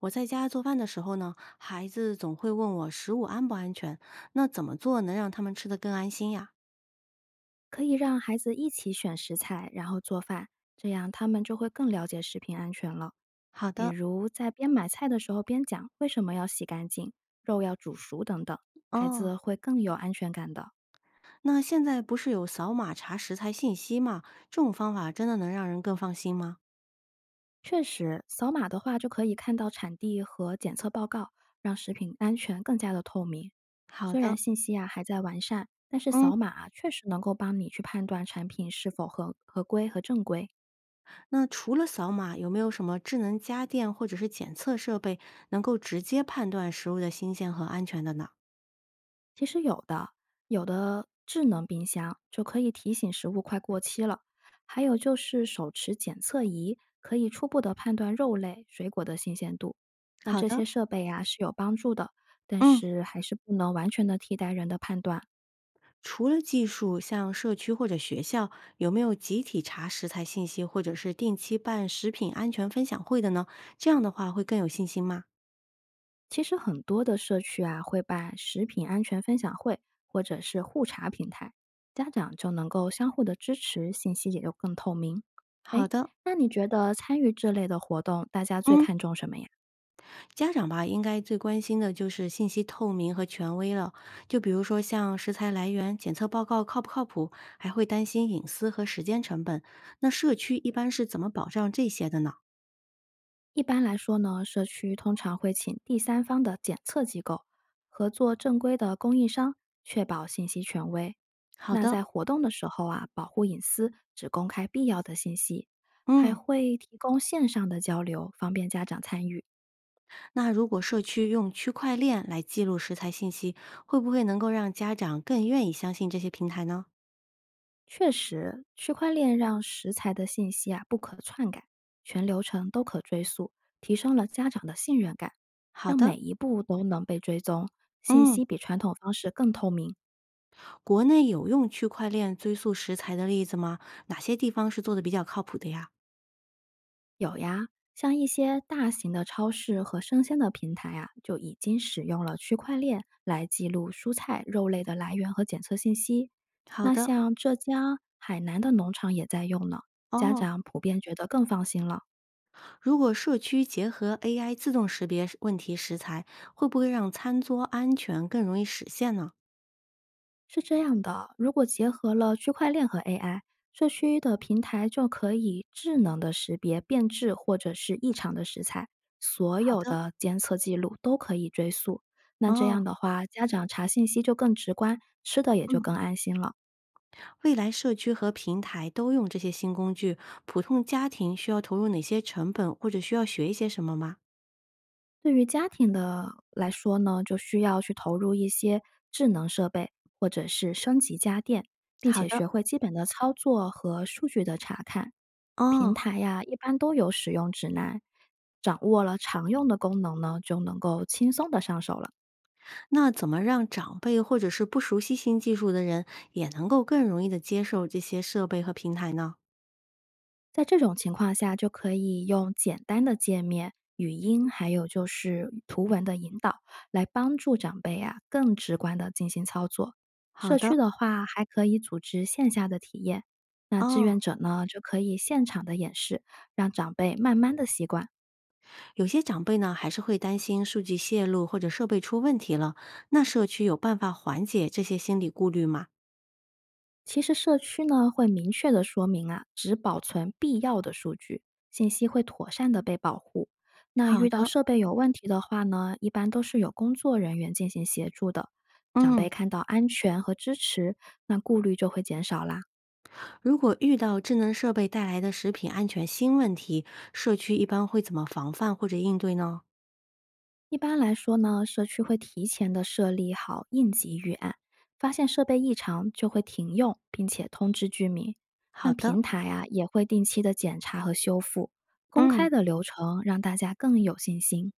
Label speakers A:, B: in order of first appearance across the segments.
A: 我在家做饭的时候呢，孩子总会问我食物安不安全，那怎么做能让他们吃得更安心呀？
B: 可以让孩子一起选食材，然后做饭，这样他们就会更了解食品安全了。
A: 好
B: 比
A: 的。
B: 如在边买菜的时候边讲为什么要洗干净，肉要煮熟等等，孩
A: 哦，
B: 子会更有安全感的。
A: 那现在不是有扫码查食材信息吗？这种方法真的能让人更放心吗？
B: 确实，扫码的话就可以看到产地和检测报告，让食品安全更加的透明。
A: 好
B: 虽然
A: 的。
B: 信息啊还在完善，但是
A: 嗯，
B: 扫码啊确实能够帮你去判断产品是否合规和正规。
A: 那除了扫码，有没有什么智能家电或者是检测设备能够直接判断食物的新鲜和安全的呢？
B: 其实有的，有的智能冰箱就可以提醒食物快过期了，还有就是手持检测仪，可以初步的判断肉类、水果的新鲜度。那
A: 好
B: 这些
A: 的。
B: 设备呀、是有帮助的，但
A: 嗯。
B: 是还是不能完全的替代人的判断。
A: 除了技术，像社区或者学校，有没有集体查食材信息，或者是定期办食品安全分享会的呢？这样的话会更有信心吗？
B: 其实很多的社区啊会办食品安全分享会，或者是互查平台，家长就能够相互的支持，信息也就更透明。哎，
A: 好的。
B: 那你觉得参与这类的活动，大家最
A: 嗯，
B: 看重什么呀？
A: 家长吧，应该最关心的就是信息透明和权威了。就比如说像食材来源、检测报告靠不靠谱，还会担心隐私和时间成本。那社区一般是怎么保障这些的呢？
B: 一般来说呢，社区通常会请第三方的检测机构合作正规的供应商，确保信息权威。
A: 好
B: 那
A: 的。
B: 在活动的时候啊，保护隐私，只公开必要的信息，还
A: 嗯。
B: 会提供线上的交流，方便家长参与。
A: 那如果社区用区块链来记录食材信息，会不会能够让家长更愿意相信这些平台呢？
B: 确实，区块链让食材的信息啊不可篡改，全流程都可追溯，提升了家长的信任感，
A: 好
B: 让
A: 的。
B: 每一步都能被追踪，信
A: 嗯，
B: 息比传统方式更透明。
A: 国内有用区块链追溯食材的例子吗？哪些地方是做的比较靠谱的呀？
B: 有呀，像一些大型的超市和生鲜的平台啊，就已经使用了区块链来记录蔬菜、肉类的来源和检测信息。
A: 好
B: 那
A: 的。
B: 像浙江、海南的农场也在用呢，家
A: 哦，
B: 长普遍觉得更放心了。
A: 如果社区结合 AI 自动识别问题食材，会不会让餐桌安全更容易实现呢？
B: 是这样的，如果结合了区块链和 AI，社区的平台就可以智能的识别变质或者是异常的食材，所
A: 好
B: 有
A: 的。
B: 的监测记录都可以追溯。那这样
A: 哦。
B: 的话，家长查信息就更直观，吃的也就
A: 嗯，
B: 更安心了。
A: 未来社区和平台都用这些新工具，普通家庭需要投入哪些成本，或者需要学一些什么吗？
B: 对于家庭的来说呢，就需要去投入一些智能设备，或者是升级家电，并
A: 好
B: 且
A: 的。
B: 学会基本的操作和数据的查看。平
A: 哦，
B: 台呀，一般都有使用指南，掌握了常用的功能呢，就能够轻松的上手了。
A: 那怎么让长辈或者是不熟悉新技术的人也能够更容易的接受这些设备和平台呢？
B: 在这种情况下，就可以用简单的界面、语音，还有就是图文的引导，来帮助长辈啊更直观的进行操作。
A: 好
B: 社
A: 的。
B: 区的话，还可以组织线下的体验，那志
A: 哦，
B: 愿者呢就可以现场的演示，让长辈慢慢的习惯。
A: 有些长辈呢还是会担心数据泄露或者设备出问题了，那社区有办法缓解这些心理顾虑吗？
B: 其实社区呢会明确的说明啊，只保存必要的数据，信息会妥善的被保护。那
A: 好
B: 遇到
A: 的。
B: 设备有问题的话呢，一般都是有工作人员进行协助的。长辈
A: 嗯，
B: 看到安全和支持，那顾虑就会减少啦。
A: 如果遇到智能设备带来的食品安全新问题，社区一般会怎么防范或者应对呢？
B: 一般来说呢，社区会提前的设立好应急预案，发现设备异常就会停用，并且通知居民。那
A: 好的。
B: 平台啊也会定期的检查和修复，公
A: 嗯。
B: 开的流程让大家更有信心。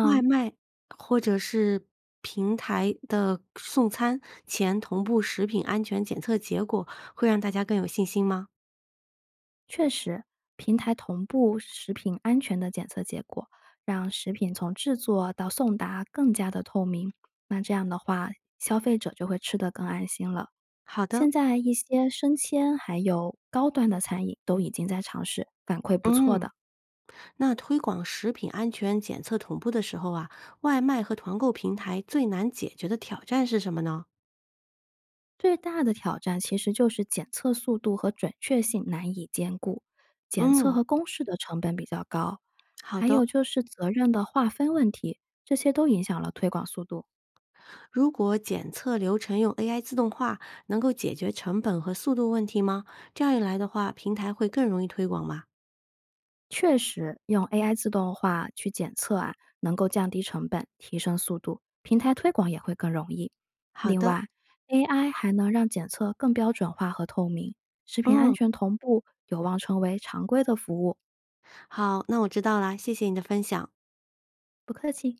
A: 外卖或者是平台的送餐前同步食品安全检测结果，会让大家更有信心吗？
B: 确实，平台同步食品安全的检测结果，让食品从制作到送达更加的透明。那这样的话，消费者就会吃得更安心了。
A: 好的。
B: 现在一些生鲜还有高端的餐饮都已经在尝试，反馈不错
A: 嗯，
B: 的。
A: 那推广食品安全检测同步的时候啊，外卖和团购平台最难解决的挑战是什么呢？
B: 最大的挑战其实就是检测速度和准确性难以兼顾，检测
A: 嗯。
B: 和公示的成本比较高，
A: 好
B: 还
A: 的，
B: 有就是责任的划分问题，这些都影响了推广速度。
A: 如果检测流程用 AI 自动化，能够解决成本和速度问题吗？这样一来的话，平台会更容易推广吗？
B: 确实，用 AI 自动化去检测啊，能够降低成本，提升速度，平台推广也会更容易。
A: 好
B: 另
A: 的。
B: 外，AI 还能让检测更标准化和透明，食品安
A: 嗯，
B: 全同步，有望成为常规的服务。
A: 好，那我知道啦，谢谢你的分享。
B: 不客气。